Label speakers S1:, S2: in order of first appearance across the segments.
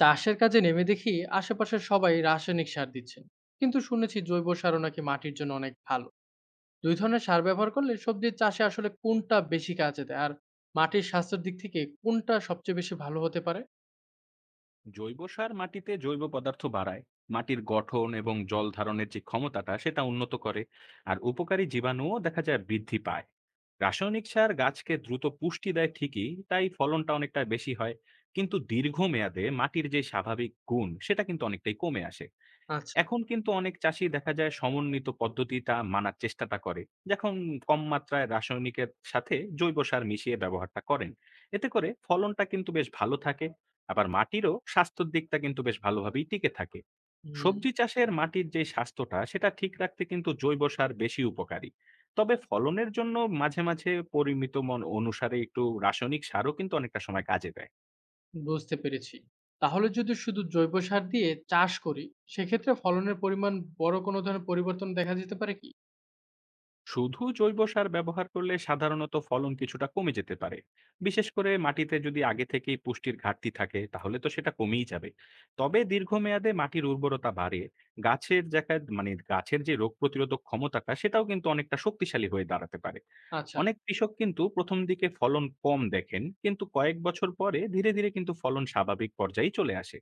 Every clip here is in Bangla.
S1: চাষের কাজে নেমে দেখি আশেপাশের সবাই রাসায়নিক সার দিচ্ছেন, কিন্তু শুনেছি জৈব সারও নাকি মাটির জন্য অনেক ভালো। দুই ধরনের সার ব্যবহার করলে সবজির চাষে আসলে কোনটা বেশি কাজে দেয়, আর মাটির স্বাস্থ্যের দিক থেকে কোনটা সবচেয়ে বেশি ভালো হতে পারে?
S2: জৈব সার মাটিতে জৈব পদার্থ বাড়ায়, মাটির গঠন এবং জল ধারণের যে ক্ষমতাটা সেটা উন্নত করে, আর উপকারী জীবাণুও দেখা যায় বৃদ্ধি পায়। রাসায়নিক সার গাছকে দ্রুত পুষ্টি দেয় ঠিকই, তাই ফলনটা অনেকটা বেশি হয়, কিন্তু দীর্ঘমেয়াদে মাটির যে স্বাভাবিক গুণ সেটা কিন্তু অনেকটাই কমে আসে।
S1: আচ্ছা।
S2: এখন কিন্তু অনেক চাষী দেখা যায় সমন্বিত পদ্ধতিটা মানার চেষ্টাটা করে, যখন কম মাত্রায় রাসায়নিকের সাথে জৈব সার মিশিয়ে ব্যবহারটা করেন। এতে করে ফলনটা কিন্তু বেশ ভালো থাকে, আবার মাটিরও স্বাস্থ্যের দিকটা কিন্তু বেশ ভালোভাবেই টিকে থাকে।
S1: হুম।
S2: সবজি চাষের মাটির যে স্বাস্থ্যটা সেটা ঠিক রাখতে কিন্তু জৈব সার বেশি উপকারী। তবে ফলনের জন্য মাঝে মাঝে পরিমিত মন অনুসারে একটু রাসায়নিক সারও কিন্তু অনেকটা সময় কাজে দেয়।
S1: বুঝতে পেরেছি। তাহলে যদি শুধু জৈব সার দিয়ে চাষ করি, সেক্ষেত্রে ফলনের পরিমাণ বড় কোনো ধরনের পরিবর্তন দেখা যেতে পারে কি?
S2: শুধু জৈব সার ব্যবহার করলে সাধারণত ফলন কিছুটা কমে যেতে পারে। বিশেষ করে মাটিতে যদি আগে থেকেই পুষ্টির ঘাটতি থাকে, তাহলে তো সেটা কমেই যাবে। তবে দীর্ঘমেয়াদে মাটির উর্বরতা বাড়ে, গাছের জায়গায় মানে গাছের যে রোগ প্রতিরোধক ক্ষমতাটা সেটাও কিন্তু অনেকটা শক্তিশালী হয়ে দাঁড়াতে পারে।
S1: আচ্ছা।
S2: অনেক কৃষক কিন্তু প্রথম দিকে ফলন কম দেখেন, কিন্তু কয়েক বছর পরে ধীরে ধীরে কিন্তু ফলন স্বাভাবিক পর্যায়ে চলে আসে।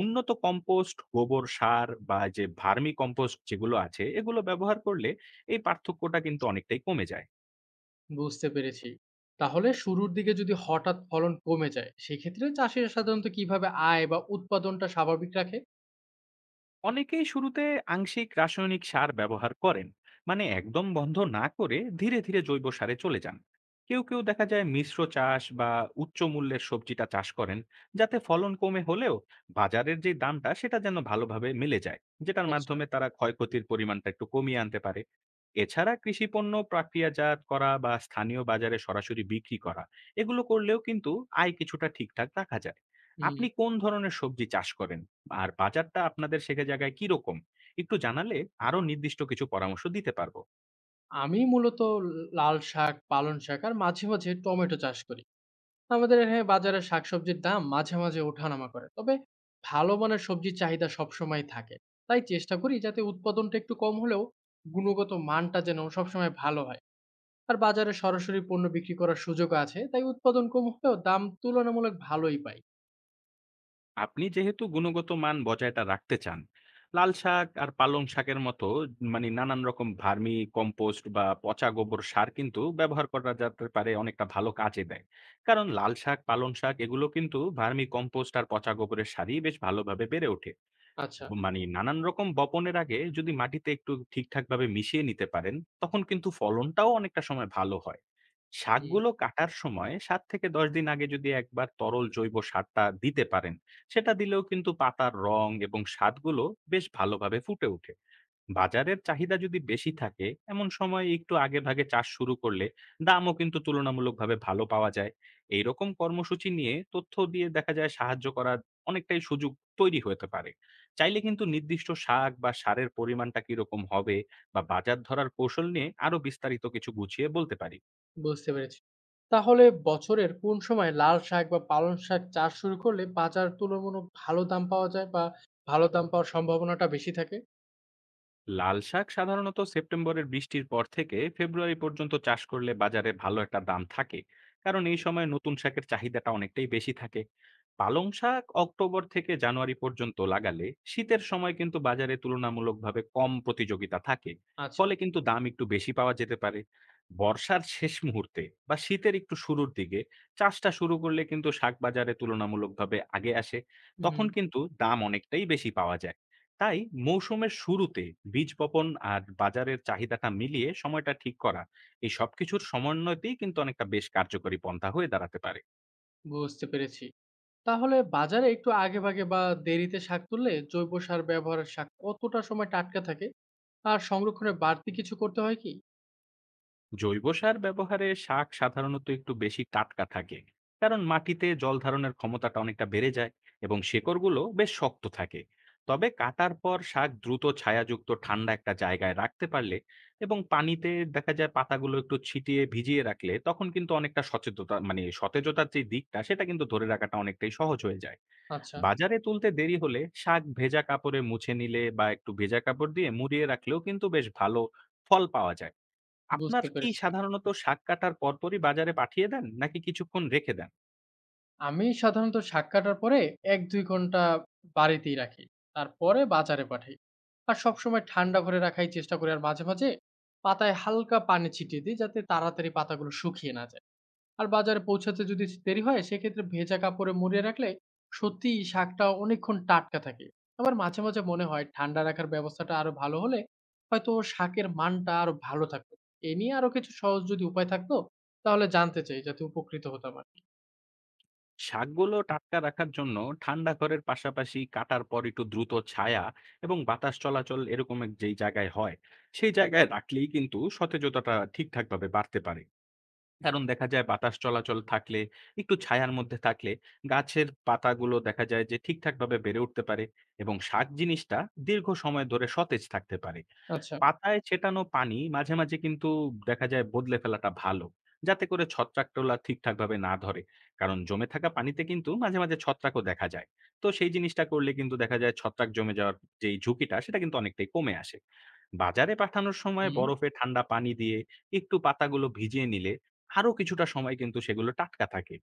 S2: উন্নত কম্পোস্ট, গোবর সার বা যে ভার্মি কম্পোস্ট যেগুলো আছে, এগুলো ব্যবহার করলে এই পার্থক্যটা কিন্তু অনেকটাই কমে যায়।
S1: বুঝতে পেরেছি। তাহলে শুরুর দিকে যদি হঠাৎ ফলন কমে যায়, সেক্ষেত্রে চাষিরা সাধারণত কিভাবে আয় বা উৎপাদনটা স্বাভাবিক রাখে?
S2: অনেকেই শুরুতে আংশিক রাসায়নিক সার ব্যবহার করেন, মানে একদম বন্ধ না করে ধীরে ধীরে জৈব সারে চলে যান। কেউ কেউ দেখা যায় মিশ্র চাষ বা উচ্চ মূল্যের সবজিটা চাষ করেন, যাতে ফলন কমে হলেও বাজারের যে দামটা সেটা যেন ভালোভাবে মিলে যায়, যেটার
S1: আচ্ছা।
S2: মাধ্যমে তারা ক্ষয়ক্ষতির পরিমাণটা একটু কমিয়ে আনতে পারে। এছাড়া কৃষি পণ্য প্রক্রিয়াজাত করা বা স্থানীয় বাজারে সরাসরি বিক্রি করা, এগুলো করলেও কিন্তু আয় কিছুটা ঠিকঠাক রাখা যায়।
S1: হুম।
S2: আপনি কোন ধরনের সবজি চাষ করেন, আর বাজারটা আপনাদের শেখে জায়গায় কিরকম? একটু জানালে আরো নির্দিষ্ট কিছু পরামর্শ দিতে পারবো।
S1: আমি মূলত ল লাল শাক, পালং শাক আর মাঝে মাঝে টমেটো চাষ করি। আমাদের এখানে বাজারে শাকসবজির দাম মাঝে মাঝে ওঠানামা করে, তবে ভালো মানের সবজির চাহিদা সবসময় থাকে। তাই চেষ্টা করি যাতে উৎপাদনটা একটু কম হলেও গুণগত মানটা যেন সবসময় ভালো হয়। আর বাজারে সরাসরি পণ্য বিক্রি করার সুযোগ আছে, তাই উৎপাদন কম হলেও দাম তুলনামূলক ভালোই পাই।
S2: আপনি যেহেতু গুণগত মান বজায়টা রাখতে চান, লাল শাক আর পালং শাকের মতো মানে নানান রকম ভার্মি কম্পোস্ট বা পচা গোবর সার কিন্তু ব্যবহার করা যেতে পারে, অনেকটা ভালো কাজে দেয়। কারণ লাল শাক, পালং শাক এগুলো কিন্তু ভার্মি কম্পোস্ট আর পচা গোবরের সারই বেশ ভালোভাবে বেড়ে ওঠে।
S1: আচ্ছা।
S2: মানে নানান রকম বপনের আগে যদি মাটিতে একটু ঠিকঠাকভাবে মিশিয়ে নিতে পারেন, তখন কিন্তু ফলনটাও অনেকটা সময় ভালো হয়।
S1: হুম।
S2: শাকগুলো কাটার সময় ৭ থেকে ১০ দিন আগে যদি একবার তরল জৈব সারটা দিতে পারেন, সেটা দিলেও কিন্তু পাতার রং এবং স্বাদগুলো বেশ ভালোভাবে ফুটে ওঠে। বাজারের চাহিদা যদি বেশি থাকে, এমন সময় একটু আগেভাগে চাষ শুরু করলে দামও কিন্তু তুলনামূলকভাবে ভালো পাওয়া যায়। এইরকম কর্মসূচি নিয়ে তথ্য দিয়ে দেখা যায় সাহায্য করার অনেকটাই সুযোগ তৈরি হতে পারে। চাইলে কিন্তু নির্দিষ্ট শাক বা সারের পরিমাণটা কিরকম হবে বা বাজার ধরার কৌশল নিয়ে আরো বিস্তারিত কিছু গুছিয়ে বলতে পারি।
S1: বুঝতে পেরেছি। তাহলে বছরের কোন সময় লাল শাক বা পালং শাক চাষ শুরু করলে বাজার তুলনামূলক ভালো দাম পাওয়া যায়, বা ভালো দাম পাওয়ার সম্ভাবনাটা বেশি থাকে?
S2: লাল শাক সাধারণত সেপ্টেম্বরের বৃষ্টির পর থেকে ফেব্রুয়ারি পর্যন্ত চাষ করলে বাজারে ভালো একটা দাম থাকে, কারণ এই সময় নতুন শাকের চাহিদাটা অনেকটাই বেশি থাকে। পালং শাক অক্টোবর থেকে জানুয়ারি পর্যন্ত লাগালে শীতের সময় কিন্তু বাজারে তুলনামূলকভাবে কম প্রতিযোগিতা থাকে,
S1: আচ্ছা।
S2: ফলে কিন্তু দাম একটু বেশি পাওয়া যেতে পারে। বর্ষার শেষ মুহূর্তে বা শীতের একটু শুরুর দিকে চাষটা শুরু করলে কিন্তু শাক বাজারে তুলনামূলকভাবে আগে আসে,
S1: হুম।
S2: তখন কিন্তু দাম অনেকটাই বেশি পাওয়া যায়। তাই মৌসুমের শুরুতে বীজ বপন আর বাজারের চাহিদাটা মিলিয়ে সময়টা ঠিক করা, এই সবকিছুর সমন্বয়তেই কিন্তু অনেকটা বেশ কার্যকরী পন্থা হয়ে দাঁড়াতে পারে।
S1: বুঝতে পেরেছি। তাহলে বাজারে একটু আগেভাগে বা দেরিতে শাক তুললে জৈব সার ব্যবহারের শাক কতটা সময় টাটকা থাকে? আর সংরক্ষণে বাড়তি কিছু করতে হয় কি?
S2: জৈব সার ব্যবহারে শাক সাধারণত একটু বেশি টাটকা থাকে, কারণ মাটিতে জল ধারণের ক্ষমতাটা অনেকটা বেড়ে যায় এবং শেকড়গুলো বেশ শক্ত থাকে। তবে কাটার পর শাক দ্রুত ছায়াযুক্ত ঠান্ডা একটা জায়গায় রাখতে পারলে এবং পানিতে দেখা যায় পাতাগুলো একটু ছিটিয়ে ভিজিয়ে রাখলে, তখন কিন্তু অনেকটা সচেতনতা মানে সতেজতার যে দিকটা সেটা কিন্তু ধরে রাখাটা অনেকটাই সহজ হয়ে যায়।
S1: আচ্ছা।
S2: বাজারে তুলতে দেরি হলে শাক ভেজা কাপড়ে মুছে নিলে বা একটু ভেজা কাপড় দিয়ে মুড়িয়ে রাখলেও কিন্তু বেশ ভালো ফল পাওয়া যায়। আপনার
S1: বুঝতে
S2: কি
S1: পেরেছি।
S2: সাধারণত শাক কাটার পরপরই বাজারে পাঠিয়ে দেন? নাকি কিছুক্ষণ রেখে দেন?
S1: আমি সাধারণত শাক কাটার পরে ১-২ ঘন্টা বাড়িতেই রাখি, তারপরে বাজারে পাঠাই। আর সবসময় ঠান্ডা ঘরে রাখাই চেষ্টা করি। আর মাঝে মাঝে পাতায় হালকা পানি ছিটিয়ে দিই, যাতে তাড়াতাড়ি পাতাগুলো শুকিয়ে না যায়। আর বাজারে পৌঁছাতে যদি দেরি হয়, সেক্ষেত্রে ভেজা কাপড়ে মুড়িয়ে রাখলে সত্যিই শাকটা অনেকক্ষণ টাটকা থাকে। আবার মাঝে মাঝে মনে হয়, ঠান্ডা রাখার ব্যবস্থাটা আরো ভালো হলে হয়তো শাকের মানটা আরো ভালো থাকতো। এ নিয়ে আরো কিছু সহজ যদি উপায় থাকতো, তাহলে জানতে চাই, যাতে উপকৃত হতাম আরকি।
S2: শাকগুলো টাটকা রাখার জন্য ঠান্ডা ঘরের পাশাপাশি কাটার পর একটু দ্রুত ছায়া এবং বাতাস চলাচল এরকম এক যেই জায়গায় হয়, সেই জায়গায় রাখলেই কিন্তু সতেজতাটা ঠিকঠাকভাবে বাড়তে পারে। কারণ দেখা যায় বাতাস চলাচল থাকলে, একটু ছায়ার মধ্যে থাকলে গাছের পাতাগুলো দেখা যায় যে ঠিকঠাকভাবে বেড়ে উঠতে পারে এবং শাক জিনিসটা দীর্ঘ সময় ধরে সতেজ থাকতে পারে।
S1: আচ্ছা।
S2: পাতায় ছেটানো পানি মাঝে, মাঝে কিন্তু দেখা যায় বদলে ফেলাটা ভালো, যাতে করে ছত্রাকটোলা ঠিকঠাকভাবে না ধরে। কারণ জমে থাকা পানিতে কিন্তু মাঝে, মাঝে ছত্রাকও দেখা যায়। তো সেই জিনিসটা করলে কিন্তু দেখা যায় ছত্রাক জমে যাওয়ার যেই ঝুঁকিটা সেটা কিন্তু অনেকটাই কমে আসে। বাজারে পাঠানোর সময়
S1: হুম।
S2: বরফে ঠান্ডা পানি দিয়ে একটু পাতাগুলো ভিজিয়ে নিলে আরো কিছুটা সময় কিন্তু সেগুলো টাটকা থাকে।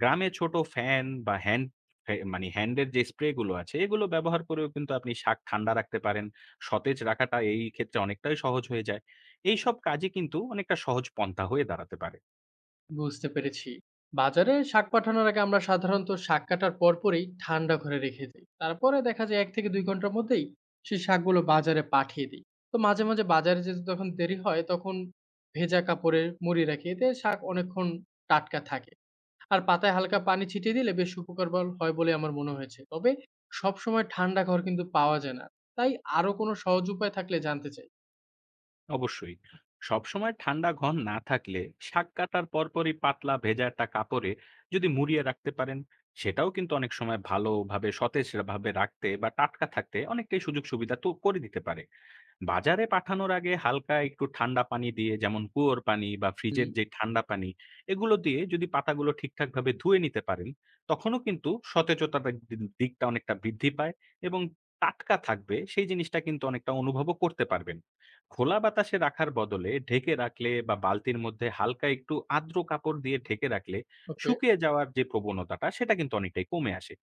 S2: গ্রামে ছোট ফ্যান বা হ্যান্ড ফ্যা মানে হ্যান্ডের যে স্প্রে গুলো আছে, এগুলো ব্যবহার করেও কিন্তু আপনি শাক ঠান্ডা রাখতে পারেন। সতেজ রাখাটা এই ক্ষেত্রে অনেকটাই সহজ হয়ে যায়। এইসব কাজই কিন্তু অনেকটা সহজ পন্থা হয়ে দাঁড়াতে পারে।
S1: বুঝতে পেরেছি। বাজারে শাক পাঠানোর আগে আমরা সাধারণত শাক কাটার পরপরই ঠান্ডা ঘরে রেখে দিই। তারপরে দেখা যায় ১-২ ঘন্টার মধ্যেই সেই শাকগুলো বাজারে পাঠিয়ে দিই। তো মাঝে মাঝে বাজারে যেতে তখন দেরি হয়, তখন ভেজা কাপড়ে মুড়ি রাখি। এতে শাক অনেকক্ষণ টাটকা থাকে। আর পাতায় হালকা পানি ছিটিয়ে দিলে বেশ উপকার বল হয় বলে আমার মনে হয়েছে। তবে সবসময় ঠান্ডা ঘর কিন্তু পাওয়া যায় না। তাই আরো কোনো সহজ উপায় থাকলে জানতে চাই।
S2: অবশ্যই, সবসময় ঠান্ডা ঘন না থাকলে শাক কাটার পরপরই পাতলা ভেজা একটা কাপড়ে যদি মুড়িয়ে রাখতে পারেন, সেটাও কিন্তু অনেক সময় ভালোভাবে সতেজভাবে রাখতে বা টাটকা থাকতে অনেকটাই সুযোগ সুবিধা তো করে দিতে পারে। বাজারে পাঠানোর আগে হালকা একটু ঠান্ডা পানি দিয়ে, যেমন কুয়োর পানি বা ফ্রিজের
S1: হুম।
S2: যে ঠান্ডা পানি, এগুলো দিয়ে যদি পাতাগুলো ঠিকঠাক ভাবে ধুয়ে নিতে পারেন, তখনও কিন্তু সতেজতার দিকটা অনেকটা বৃদ্ধি পায় এবং টাটকা থাকবে সেই জিনিসটা কিন্তু অনেকটা অনুভবও করতে পারবেন। খোলা বাতাসে রাখার বদলে ঢেকে রাখলে বা বালতির মধ্যে হালকা একটু আর্দ্র কাপড় দিয়ে ঢেকে রাখলে
S1: ওকে।
S2: শুকিয়ে যাওয়ার যে প্রবণতাটা সেটা কিন্তু অনেকটাই কমে আসে।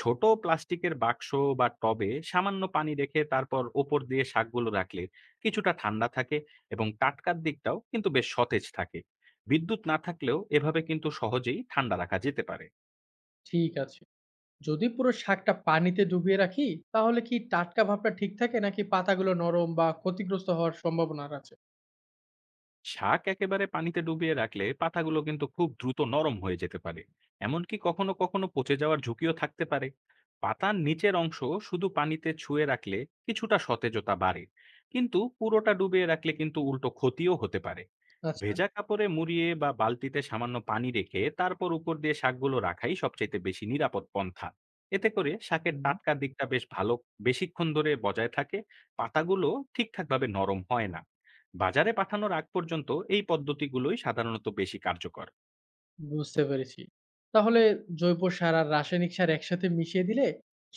S2: ছোট প্লাস্টিকের বাক্স বা টবে সামান্য পানি রেখে তারপর ওপর দিয়ে শাকগুলো রাখলে কিছুটা ঠান্ডা থাকে এবং টাটকার দিকটাও কিন্তু বেশ সতেজ থাকে। বিদ্যুৎ না থাকলেও এভাবে কিন্তু সহজেই ঠান্ডা রাখা যেতে পারে।
S1: ঠিক আছে। যদি পুরো শাকটা পানিতে ডুবিয়ে রাখি, তাহলে কি টাটকা ভাবটা ঠিক থাকে, নাকি পাতাগুলো নরম বা ক্ষতিগ্রস্ত হওয়ার সম্ভাবনা আছে?
S2: শাক একেবারে পানিতে ডুবিয়ে রাখলে পাতাগুলো কিন্তু খুব দ্রুত নরম হয়ে যেতে পারে, এমনকি কখনো কখনো পচে যাওয়ার ঝুঁকিও থাকতে পারে। পাতার নিচের অংশ শুধু পানিতে ছুঁয়ে রাখলে কিছুটা সতেজতা বাড়ে, কিন্তু পুরোটা ডুবিয়ে রাখলে কিন্তু উল্টো ক্ষতিও হতে পারে।
S1: আচ্ছা।
S2: ভেজা কাপড়ে মুড়িয়ে বা বালতিতে সামান্য পানি রেখে তারপর উপর দিয়ে শাকগুলো রাখাই সবচাইতে বেশি নিরাপদ পন্থা। এতে করে শাকের
S1: হুম।
S2: টাটকা দিকটা বেশ ভালো বেশিক্ষণ ধরে বজায় থাকে, পাতাগুলো ঠিকঠাকভাবে নরম হয় না। বাজারে পাঠানোর আগ পর্যন্ত এই পদ্ধতিগুলোই সাধারণত বেশি কার্যকর।
S1: বুঝতে পেরেছি। তাহলে জৈব সার আর রাসায়নিক সার একসাথে মিশিয়ে দিলে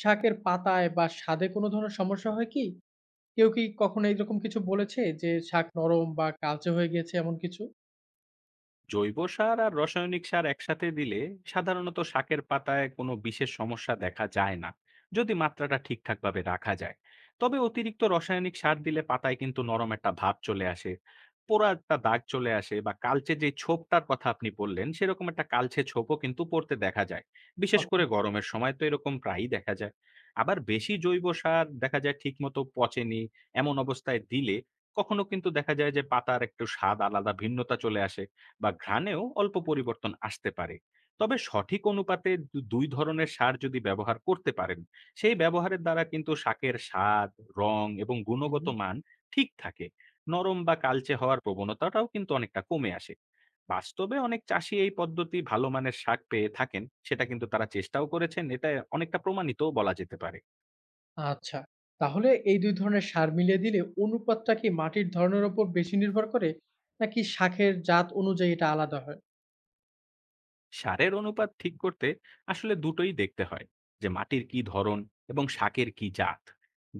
S1: শাকের পাতায় বা স্বাদে কোনো ধরনের সমস্যা হয় কি? কেউ কি কখনো এরকম কিছু বলেছে, যে শাক নরম বা কালচে হয়ে গেছে, এমন কিছু?
S2: জৈব সার আর রাসায়নিক সার একসাথে দিলে সাধারণত শাকের পাতায় কোনো বিশেষ সমস্যা দেখা যায় না, যদি মাত্রাটা ঠিকঠাকভাবে রাখা যায়। তবে অতিরিক্ত রাসায়নিক সার দিলে পাতায় কিন্তু নরম একটা ভাব চলে আসে, পোড়া একটা দাগ চলে আসে, বা কালচে যে ছোপটার কথা আপনি বললেন সেরকম একটা কালচে ছোপও কিন্তু পড়তে দেখা যায়। বিশেষ
S1: ওকে।
S2: করে গরমের সময় তো এরকম প্রায়ই দেখা যায়। আবার বেশি জৈব সার দেখা যায় ঠিকমতো পচেনি এমন অবস্থায় দিলে কখনো কিন্তু দেখা যায় যে পাতার একটু স্বাদ আলাদা ভিন্নতা চলে আসে বা ঘ্রাণেও অল্প পরিবর্তন আসতে পারে। তবে সঠিক অনুপাতে দুই ধরনের সার যদি ব্যবহার করতে পারেন, সেই ব্যবহারের দ্বারা কিন্তু শাকের স্বাদ, রং এবং গুণগত মান ঠিক থাকে, নরম বা কালচে হওয়ার প্রবণতাটাও কিন্তু অনেকটা কমে আসে। বাস্তবে অনেক চাষি এই পদ্ধতি ভালো মানের শাক পেয়ে থাকেন, সেটা কিন্তু তারা চেষ্টাও করেছেন, এটা অনেকটা প্রমাণিতও বলা যেতে পারে।
S1: আচ্ছা, তাহলে এই ২ ধরনের সার মিলিয়ে দিলে অনুপাতটা কি মাটির ধরনের উপর বেশি নির্ভর করে? নাকি শাখের জাত অনুযায়ী এটা আলাদা হয়?
S2: সারের অনুপাত ঠিক করতে আসলে দুটোই দেখতে হয়, যে মাটির কি ধরন এবং শাকের কি জাত।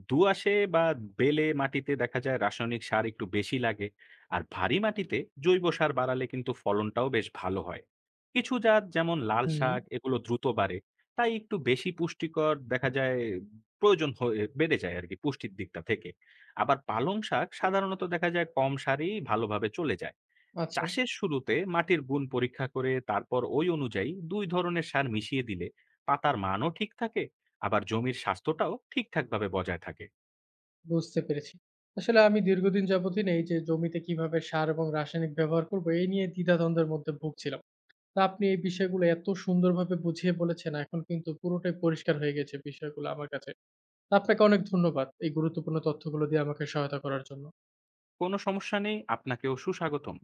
S2: দুআঁশে বা বেলে মাটিতে দেখা যায় রাসায়নিক সার একটু বেশি লাগে, আর ভারী মাটিতে জৈব সার বাড়ালে কিন্তু ফলনটাও বেশ ভালো হয়। কিছু জাত যেমন লাল
S1: হুম।
S2: শাক, এগুলো দ্রুত বাড়ে, তাই একটু বেশি পুষ্টিকর দেখা যায়, প্রয়োজন হয়ে বেড়ে যায় আর কি পুষ্টির দিকটা থেকে। আবার পালং শাক সাধারণত দেখা যায় কম সারই ভালোভাবে চলে যায়।
S1: আচ্ছা।
S2: চাষের শুরুতে মাটির গুণ পরীক্ষা করে তারপর ওই অনুযায়ী দুই ধরনের সার মিশিয়ে দিলে পাতার মানও ঠিক থাকে, আবার জমির স্বাস্থ্যটাও ঠিকঠাকভাবে বজায় থাকে।
S1: বুঝতে পেরেছি। আসলে আমি দীর্ঘদিন যাবতই না এই যে জমিতে কিভাবে সার এবং রাসায়নিক ব্যবহার করব, এই নিয়ে দ্বিধাদ্বন্দ্বের মধ্যে ভুগছিলাম। তা আপনি এই বিষয়গুলো এত সুন্দরভাবে বুঝিয়ে বলেছেন, এখন কিন্তু পুরোটাই পরিষ্কার হয়ে গেছে বিষয়গুলো আমার কাছে। তা আপনাকে অনেক ধন্যবাদ এই গুরুত্বপূর্ণ তথ্যগুলো দিয়ে আমাকে সহায়তা করার জন্য।
S2: কোনো সমস্যা নেই, আপনাকেও সুস্বাগতম।